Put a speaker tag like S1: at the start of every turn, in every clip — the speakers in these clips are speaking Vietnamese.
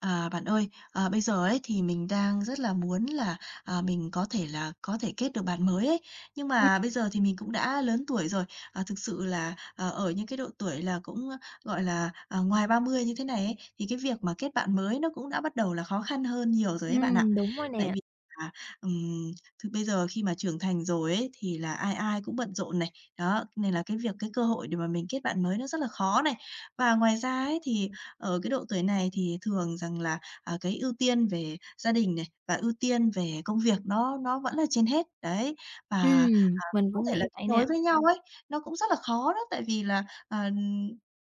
S1: À, bạn ơi, à, bây giờ ấy thì mình đang rất là muốn là, à, mình có thể kết được bạn mới ấy. Nhưng
S2: Ừm,
S1: mà bây giờ thì mình cũng đã lớn tuổi rồi, à, thực sự là, ở những cái độ tuổi là cũng, gọi là, à, ngoài 30 như thế này ấy, thì cái việc mà kết bạn mới nó cũng đã bắt đầu là khó khăn hơn nhiều rồi ấy bạn ạ.
S2: đúng rồi
S1: Tại
S2: nè.
S1: vì là, ừm, thực bây giờ khi mà trưởng thành rồi ấy, thì là ai ai cũng bận rộn này, đó, nên là cái cơ hội để mà mình kết bạn mới nó rất là khó này. Và ngoài ra ấy thì ở cái độ tuổi này thì thường rằng là, à, cái ưu tiên về gia đình này, và ưu tiên về công việc nó vẫn là trên hết, đấy. Và, à,
S2: Mình
S1: có
S2: cũng
S1: thể là
S2: nghĩ
S1: kết
S2: vậy
S1: nối
S2: nè.
S1: với nhau ấy, nó cũng rất là khó đó, tại vì là,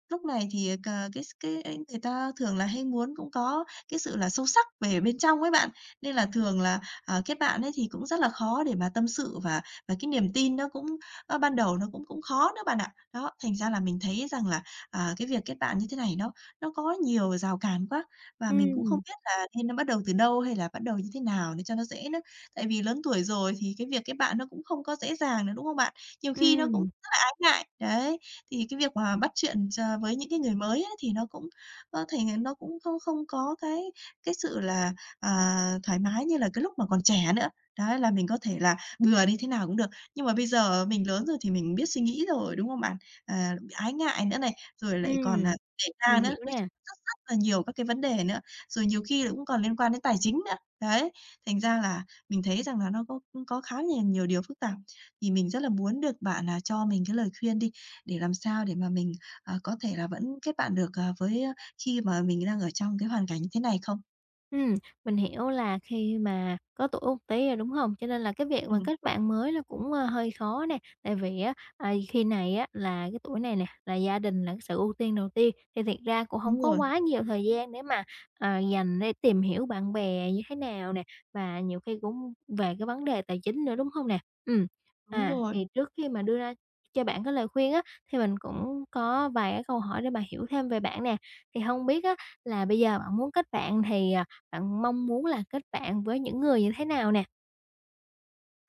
S1: lúc này thì cái ấy người ta thường là hay muốn cũng có cái sự là sâu sắc về bên trong ấy bạn, nên là thường là, à, kết bạn ấy thì cũng rất là khó để mà tâm sự và cái niềm tin nó cũng ơ, ban đầu nó cũng cũng khó nữa bạn ạ. Đó, thành ra là mình thấy rằng là, à, cái việc kết bạn như thế này nó có nhiều rào cản quá và mình cũng không
S2: Ừm,
S1: biết là nên nó bắt đầu từ đâu hay là bắt đầu như thế nào để cho nó dễ nữa. Tại vì lớn tuổi rồi thì cái việc kết bạn nó cũng không có dễ dàng nữa, đúng không bạn? Nhiều khi nó cũng
S2: ừm,
S1: rất là ái ngại, đấy, thì cái việc mà bắt chuyện với những cái người mới á thì nó cũng có thể nó cũng không không có cái sự là, à, thoải mái như là cái lúc mà còn trẻ nữa. Đấy, là mình có thể là bừa đi thế nào cũng được. Nhưng mà bây giờ mình lớn rồi thì mình biết suy nghĩ rồi, đúng không bạn? À, ái ngại nữa này, rồi lại còn, là
S2: ừm,
S1: Thể ra
S2: mình
S1: nữa,
S2: hiểu
S1: nói chung
S2: nè.
S1: rất rất là nhiều các cái vấn đề nữa, rồi nhiều khi là cũng còn liên quan đến tài chính nữa. Đấy, thành ra là mình thấy rằng là nó có khá là nhiều điều phức tạp. Thì mình rất là muốn được bạn là cho mình cái lời khuyên đi, để làm sao để mà mình, có thể là vẫn kết bạn được, ờ, với, ơ, khi mà mình đang ở trong cái hoàn cảnh như thế này không?
S2: Ừm, mình hiểu là khi mà có tuổi một tí rồi, đúng hông? Cho nên là cái việc mà
S1: Ừm,
S2: kết bạn mới nó cũng hơi khó nè, tại vì á, khi này á là cái tuổi này nè, là gia đình là cái sự ưu tiên đầu tiên, thì thiệt ra cũng hổng
S1: đúng
S2: có
S1: rồi,
S2: quá nhiều thời gian để mà dành để tìm hiểu bạn bè như thế nào nè, và nhiều khi cũng về cái vấn đề tài chính nữa, đúng hông nè? Ừm,
S1: đúng rồi.
S2: thì trước khi mà đưa ra cho bạn cái lời khuyên á, thì mình cũng có vài cái câu hỏi để mà hiểu thêm về bạn nè. Thì hông biết á là bây giờ bạn muốn kết bạn thì bạn mong muốn là kết bạn với những người như thế nào nè?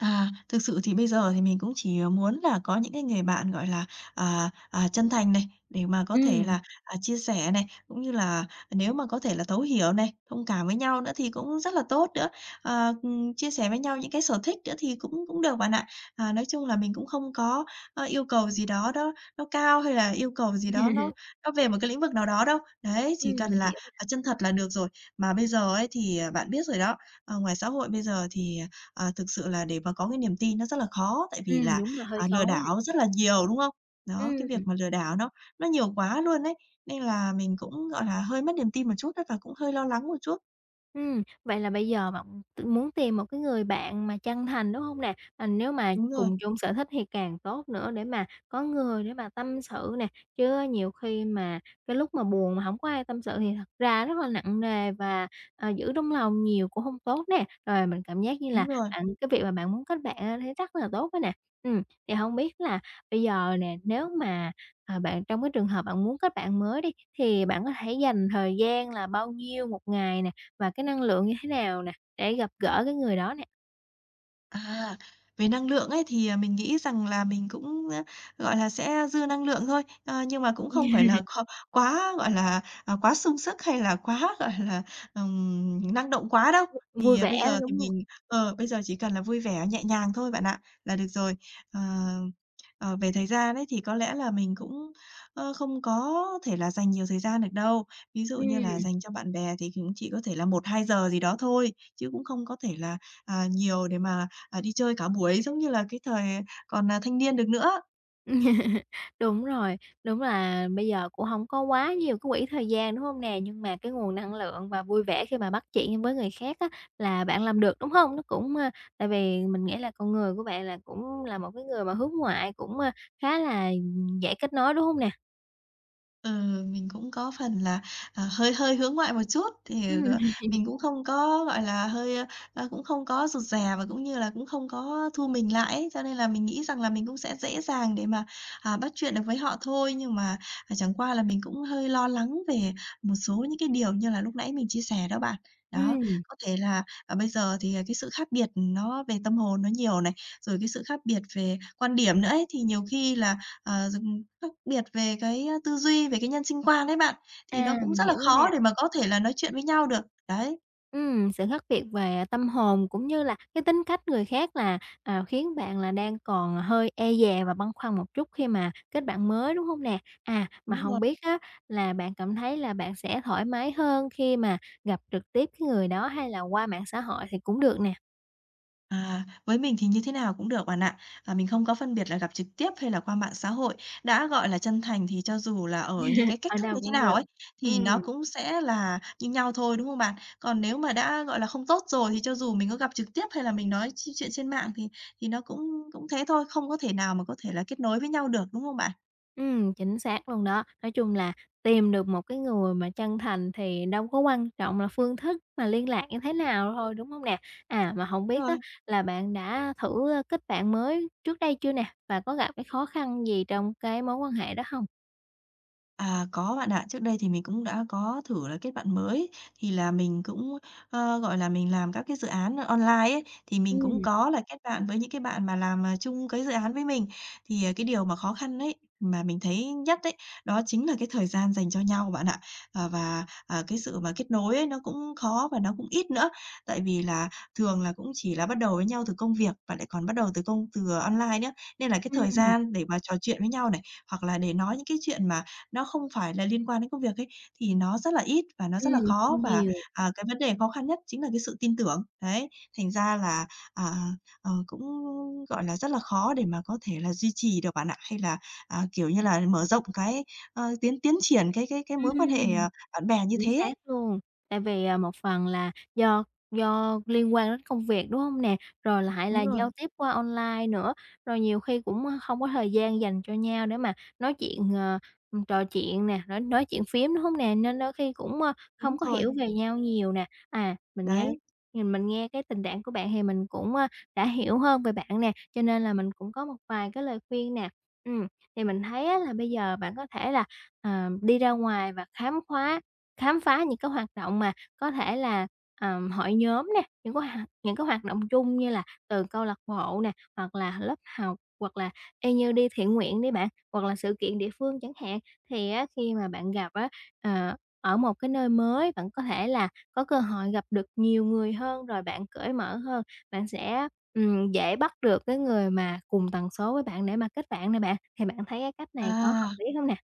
S1: À, thực sự thì bây giờ thì mình cũng chỉ, muốn là có những cái người bạn, gọi là, à, chân thành này, để mà có thể
S2: Ừm,
S1: là, à, chia sẻ này, cũng như là nếu mà có thể là thấu hiểu này, thông cảm với nhau nữa thì cũng rất là tốt nữa. Ờ, chia sẻ với nhau những cái sở thích nữa thì cũng cũng được bạn ạ. À, nói chung là mình cũng không có, ơ, yêu cầu gì đó đó nó cao hay là yêu cầu gì đó nó về một cái lĩnh vực nào đó đâu. Đấy, chỉ cần
S2: mình
S1: là,
S2: hiểu.
S1: à, chân thật là được rồi. Mà bây giờ ấy thì, à, bạn biết rồi đó, ờ, ngoài xã hội bây giờ thì À, thực sự là để mà có cái niềm tin nó rất là khó, tại vì là,
S2: Đúng là hơi
S1: à, lừa
S2: khó nè.
S1: đảo rất là nhiều, đúng không? Đó, cái việc
S2: Ừm.
S1: mà lừa đảo nó nhiều quá luôn ấy, nên là mình cũng, gọi là, hơi mất niềm tin một chút á và cũng hơi lo lắng một chút.
S2: Vậy là bây giờ bạn muốn tìm một cái người bạn mà chân thành, đúng không nè? À, nếu mà
S1: Đúng rồi,
S2: cùng chung sở thích thì càng tốt nữa để mà có người để mà tâm sự nè, chứ nhiều khi mà cái lúc mà buồn mà không có ai tâm sự thì thật ra rất là nặng nề và giữ trong lòng nhiều cũng không tốt nè. Rồi mình cảm giác như
S1: đúng
S2: là
S1: rồi.
S2: bạn cái việc mà bạn muốn kết bạn á thấy rất là tốt á nè. Ừm, thì không biết là bây giờ nè, nếu mà bạn trong cái trường hợp bạn muốn kết bạn mới đi, thì bạn có thể dành thời gian là bao nhiêu một ngày nè? Và cái năng lượng như thế nào nè, để gặp gỡ cái người đó nè.
S1: À, về năng lượng ấy thì, à, mình nghĩ rằng là mình cũng, ơ, gọi là, sẽ dư năng lượng thôi, ờ, nhưng mà cũng không phải là quá, gọi là, à, quá sung sức hay là quá, gọi là, năng động quá đâu. Thì,
S2: Vui
S1: à, bây
S2: vẻ,
S1: giờ thì
S2: đúng hông?
S1: bây giờ chỉ cần là vui vẻ, nhẹ nhàng thôi bạn ạ, là được rồi. Ờ, về thời gian ấy thì có lẽ là mình cũng, ơ, không có thể là dành nhiều thời gian được đâu. Ví dụ như là
S2: Ừm,
S1: dành cho bạn bè thì cũng chỉ có thể là một hai giờ gì đó thôi, chứ cũng không có thể là, à, nhiều để mà à, đi chơi cả buổi giống như là cái thời còn, à, thanh niên được nữa.
S2: đúng rồi, đúng là bây giờ cũng hổng có quá nhiều cái quỹ thời gian, đúng hông nè? Nhưng mà cái nguồn năng lượng và vui vẻ khi mà bắt chuyện với người khác á, là bạn làm được, đúng hông? Nó cũng, ơ tại vì mình nghĩ là con người của bạn là cũng là một cái người mà hướng ngoại, khá là, dễ kết nối, đúng hông nè?
S1: Ừ, mình cũng có phần là, à, hơi hơi hướng ngoại một chút, thì, ờ,
S2: Ừm,
S1: mình cũng không có, gọi là, hơi, ơ, ơ, cũng không có rụt rè và cũng như là cũng không có thu mình lại ấy, cho nên là mình nghĩ rằng là mình cũng sẽ dễ dàng để mà, à, bắt chuyện được với họ thôi. Nhưng mà, à, chẳng qua là mình cũng hơi lo lắng về một số những cái điều như là lúc nãy mình chia sẻ đó bạn. Đó,
S2: ừm,
S1: có thể là, à, bây giờ thì, à, cái sự khác biệt nó về tâm hồn nó nhiều này, rồi cái sự khác biệt về quan điểm nữa ấy, thì nhiều khi là, ờ, khác biệt về cái, a, tư duy, về cái nhân sinh quan đấy bạn, thì nó
S2: à,
S1: cũng
S2: mình
S1: rất là
S2: hiểu rồi nè.
S1: khó để mà có thể là nói chuyện với nhau được. Đấy,
S2: Sự khác biệt về tâm hồn cũng như là cái tính cách người khác là khiến bạn là đang còn hơi e dè và băn khoăn một chút khi mà kết bạn mới, đúng không nè? À, mà
S1: đúng rồi.
S2: không biết á là bạn cảm thấy là bạn sẽ thoải mái hơn khi mà gặp trực tiếp cái người đó hay là qua mạng xã hội thì cũng được nè.
S1: À, với mình thì như thế nào cũng được bạn ạ. À, mình không có phân biệt là gặp trực tiếp hay là qua mạng xã hội. Đã, gọi là, chân thành thì cho dù là ở như cái cách
S2: Ở
S1: thức như
S2: đâu
S1: thế
S2: cũng
S1: nào
S2: được.
S1: ấy, thì nó
S2: Ừm.
S1: cũng sẽ là như nhau thôi, đúng không bạn? Còn nếu mà đã, gọi là, không tốt rồi thì cho dù mình có gặp trực tiếp hay là mình nói chuyện trên mạng thì nó cũng cũng thế thôi, không có thể nào mà có thể là kết nối với nhau được, đúng không bạn?
S2: Chính xác luôn đó. Nói chung là tìm được một cái người mà chân thành thì đâu có quan trọng là phương thức mà liên lạc như thế nào thôi, đúng không nè? À, mà không biết á
S1: Rồi.
S2: là bạn đã thử kết bạn mới trước đây chưa nè? Và có gặp cái khó khăn gì trong cái mối quan hệ đó không?
S1: À, có bạn ạ. Trước đây thì mình cũng đã có thử là kết bạn mới, thì là mình cũng, ơ, gọi là, mình làm các cái dự án online ấy, thì mình cũng
S2: Ừm,
S1: có là kết bạn với những cái bạn mà làm, à, chung cái dự án với mình. Thì, à, cái điều mà khó khăn ấy, mà mình thấy nhất đấy đó chính là cái thời gian dành cho nhau bạn ạ. Ờ, và, à, cái sự mà kết nối ấy nó cũng khó và nó cũng ít nữa, tại vì là thường là cũng chỉ là bắt đầu với nhau từ công việc và lại còn bắt đầu từ từ online nữa, nên là cái thời
S2: ừm,
S1: gian để mà trò chuyện với nhau này, hoặc là để nói những cái chuyện mà nó không phải là liên quan đến công việc ấy, thì nó rất là ít và nó rất là
S2: ừm, không
S1: khó và,
S2: nhiều.
S1: à, cái vấn đề khó khăn nhất chính là cái sự tin tưởng, đấy. Thành ra là, à, cũng, gọi là, rất là khó để mà có thể là duy trì được bạn ạ, hay là, à, kiểu như là, mở rộng cái, tiến tiến triển cái mối quan hệ,
S2: Ừm.
S1: à, bạn bè như
S2: Chính
S1: thế
S2: xác
S1: ấy.
S2: luôn, tại vì, một phần là do liên quan đến công việc, đúng không nè? Rồi lại là
S1: Đúng rồi,
S2: giao tiếp qua online nữa, rồi nhiều khi cũng, không có thời gian dành cho nhau để mà nói chuyện, trò chuyện nè, nói chuyện phím đúng không nè? Nên đôi khi cũng
S1: đúng
S2: không có
S1: rồi,
S2: hiểu về nhau nhiều nè. À,
S1: đấy.
S2: mình nghe cái tình trạng của bạn thì mình cũng đã hiểu hơn về bạn nè, cho nên là mình cũng có một vài cái lời khuyên nè. Ừm, thì mình thấy á là bây giờ bạn có thể là đi ra ngoài và khám phá những cái hoạt động mà có thể là hội nhóm nè, những cái hoạt động chung như là từ câu lạc bộ nè, hoặc là lớp học, hoặc là y như đi thiện nguyện đi bạn, hoặc là sự kiện địa phương chẳng hạn. Thì á, khi mà bạn gặp á, ở một cái nơi mới, bạn có thể là có cơ hội gặp được nhiều người hơn, rồi bạn cởi mở hơn, bạn sẽ dễ bắt được cái người mà cùng tần số với bạn để mà kết bạn nè bạn. Thì bạn thấy cái cách này có hợp
S1: À.
S2: lý không nè?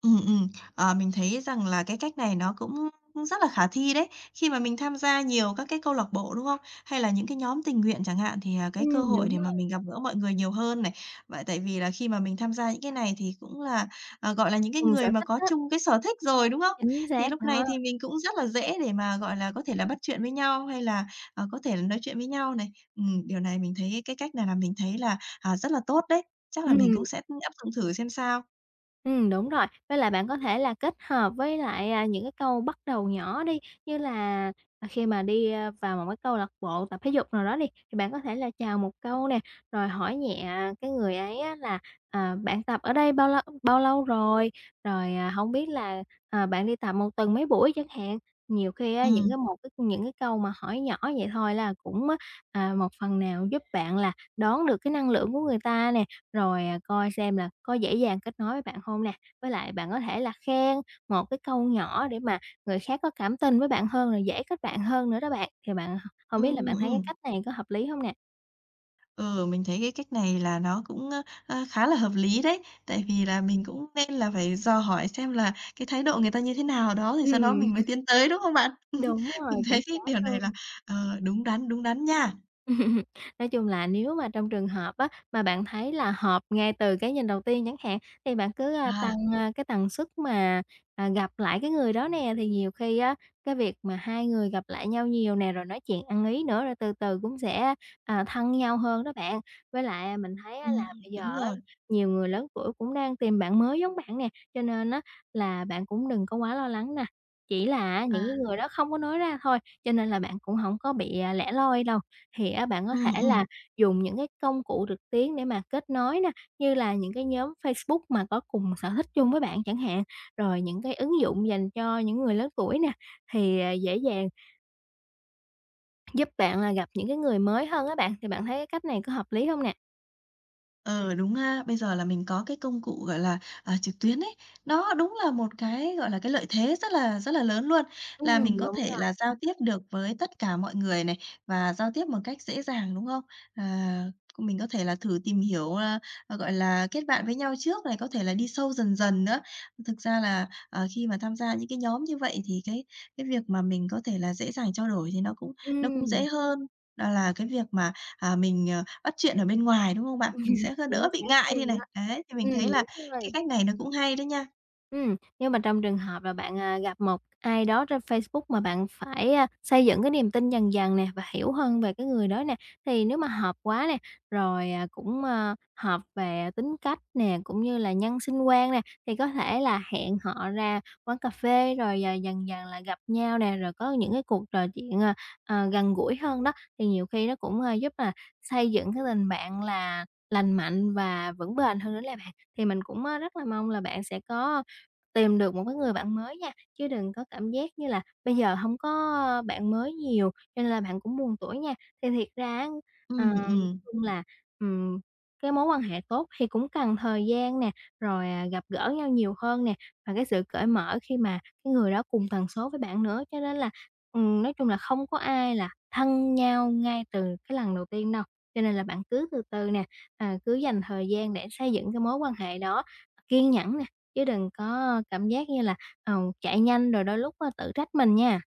S1: Ừm. Ờ, mình thấy rằng là cái cách này nó cũng cũng rất là khả thi đấy. Khi mà mình tham gia nhiều các cái câu lạc bộ, đúng không? Hay là những cái nhóm tình nguyện chẳng hạn, thì, à, cái cơ hội
S2: Đúng
S1: để mà
S2: rồi.
S1: mình gặp gỡ mọi người nhiều hơn này. Vậy tại vì là khi mà mình tham gia những cái này thì cũng là, à, gọi là, những cái
S2: Cùng sở
S1: người mà
S2: thích
S1: có
S2: đó,
S1: chung cái sở thích rồi, đúng không?
S2: chính
S1: Thì
S2: xác
S1: lúc này
S2: đó.
S1: thì mình cũng rất là dễ để mà, gọi là, có thể là bắt chuyện với nhau hay là, có thể là nói chuyện với nhau này. Điều này mình thấy cái cách này là mình thấy là, à, rất là tốt đấy. Chắc là mình
S2: Ừm,
S1: cũng sẽ áp dụng thử xem sao.
S2: đúng rồi. Với lại bạn có thể là kết hợp với lại những cái câu bắt đầu nhỏ đi, như là khi mà đi vào một cái câu lạc bộ tập thể dục nào đó đi, thì bạn có thể là chào một câu nè, rồi hỏi nhẹ cái người ấy á là, "Bạn tập ở đây bao lâu rồi?" Rồi, hổng biết là, "Bạn đi tập một tuần mấy buổi?" chẳng hạn. Nhiều khi á, những
S1: Ừm.
S2: cái một cái những cái câu mà hỏi nhỏ vậy thôi là cũng á, một phần nào giúp bạn là đón được cái năng lượng của người ta nè, rồi, coi xem là có dễ dàng kết nối với bạn không nè. Với lại bạn có thể là khen một cái câu nhỏ để mà người khác có cảm tình với bạn hơn, rồi dễ kết bạn hơn nữa đó bạn. Thì bạn không biết là
S1: Ừm,
S2: bạn thấy cái
S1: ừm.
S2: cách này có hợp lý không nè?
S1: Ừ, mình thấy cái cách này là nó cũng, ơ, ơ, khá là hợp lý đấy, tại vì là mình cũng nên là phải dò hỏi xem là cái thái độ người ta như thế nào đó, thì sau đó
S2: Ừm,
S1: mình mới tiến tới, đúng không bạn?
S2: đúng
S1: Mình
S2: rồi, chính
S1: thấy cái
S2: xác
S1: điều này là,
S2: luôn.
S1: đúng đắn nha.
S2: Nói chung là nếu mà trong trường hợp á, mà bạn thấy là hợp ngay từ cái nhìn đầu tiên chẳng hạn, thì bạn cứ,
S1: À,
S2: tăng cái tần suất mà gặp lại cái người đó nè, thì nhiều khi á, cái việc mà hai người gặp lại nhau nhiều nè, rồi nói chuyện ăn ý nữa, rồi từ từ cũng sẽ thân nhau hơn đó bạn. Với lại, mình thấy á là
S1: ừm,
S2: bây giờ
S1: đúng
S2: á,
S1: rồi.
S2: nhiều người lớn tuổi cũng đang tìm bạn mới giống bạn nè, cho nên á là bạn cũng đừng có quá lo lắng nè, chỉ là những
S1: À,
S2: cái người đó không có nói ra thôi, cho nên là bạn cũng không có bị lẻ loi đâu. Thì á, bạn có
S1: ừ
S2: thể
S1: ừm.
S2: là dùng những cái công cụ trực tuyến để mà kết nối nè, như là những cái nhóm Facebook mà có cùng sở thích chung với bạn chẳng hạn, rồi những cái ứng dụng dành cho những người lớn tuổi nè, thì, dễ dàng giúp bạn là gặp những cái người mới hơn á bạn. Thì bạn thấy cái cách này có hợp lý không nè?
S1: Ờ, đúng ha. Bây giờ là mình có cái công cụ, gọi là, à, trực tuyến ấy, nó đúng là một cái, gọi là, cái lợi thế rất là lớn luôn, là mình
S2: Đúng
S1: có thể
S2: rồi,
S1: là giao tiếp được với tất cả mọi người này, và giao tiếp một cách dễ dàng, đúng không? À, mình có thể là thử tìm hiểu, à, gọi là, kết bạn với nhau trước này, có thể là đi sâu dần dần nữa. Thực ra là, ờ, khi mà tham gia những cái nhóm như vậy thì cái việc mà mình có thể là dễ dàng trao đổi thì nó cũng dễ
S2: ừm,
S1: hơn. Đó là cái việc mà à, mình, bắt chuyện ở bên ngoài, đúng không bạn? Mình sẽ
S2: chính
S1: đỡ bị
S2: xác
S1: ngại đi
S2: luôn
S1: này.
S2: á.
S1: Đấy, thì mình thấy là
S2: Đúng
S1: cái
S2: rồi.
S1: cách này nó cũng hay đấy nha.
S2: Nếu mà trong trường hợp là bạn, gặp một ai đó trên Facebook mà bạn phải xây dựng cái niềm tin dần dần nè, và hiểu hơn về cái người đó nè, thì nếu mà hợp quá nè, rồi, cũng hợp về tính cách nè, cũng như là nhân sinh quan nè, thì có thể là hẹn họ ra quán cà phê, rồi, dần dần là gặp nhau nè, rồi có những cái cuộc trò chuyện, gần gũi hơn đó, thì nhiều khi nó cũng giúp là xây dựng cái tình bạn là lành mạnh và vững bền hơn nữa là bạn. Thì mình cũng rất là mong là bạn sẽ tìm được một cái người bạn mới nha, chứ đừng có cảm giác như là bây giờ hông có bạn mới nhiều cho nên là bạn cũng buồn tủi nha. Thì thiệt ra á,
S1: Ừm,
S2: nói
S1: ừm.
S2: chung là, ừm, cái mối quan hệ tốt thì cũng cần thời gian nè, rồi, gặp gỡ nhau nhiều hơn nè, và cái sự cởi mở khi mà cái người đó cùng tần số với bạn nữa. Cho nên là, nói chung là không có ai là thân nhau ngay từ cái lần đầu tiên đâu, cho nên là bạn cứ từ từ nè, cứ dành thời gian để xây dựng cái mối quan hệ đó, kiên nhẫn nè, chứ đừng có cảm giác như là, ờ, chạy nhanh rồi đôi lúc á tự trách mình nha.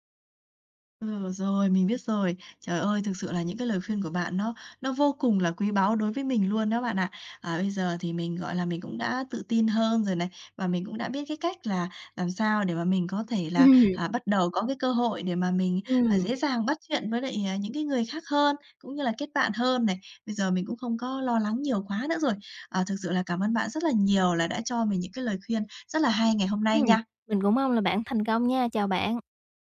S1: Ừ, rồi, mình biết rồi. Trời ơi, thực sự là những cái lời khuyên của bạn nó vô cùng là quý báu đối với mình luôn đó bạn ạ. À, bây giờ thì mình, gọi là, mình cũng đã tự tin hơn rồi này, và mình cũng đã biết cái cách là làm sao để mà mình có thể là,
S2: Ừm.
S1: à, bắt đầu có cái cơ hội để mà mình, à,
S2: Ừm,
S1: dễ dàng bắt chuyện với lại, à, những cái người khác hơn, cũng như là kết bạn hơn này. Bây giờ mình cũng không có lo lắng nhiều quá nữa rồi. À, thực sự là cảm ơn bạn rất là nhiều là đã cho mình những cái lời khuyên rất là hay ngày hôm nay
S2: ừm,
S1: nha.
S2: mình cũng mong là bạn thành công nha, chào bạn.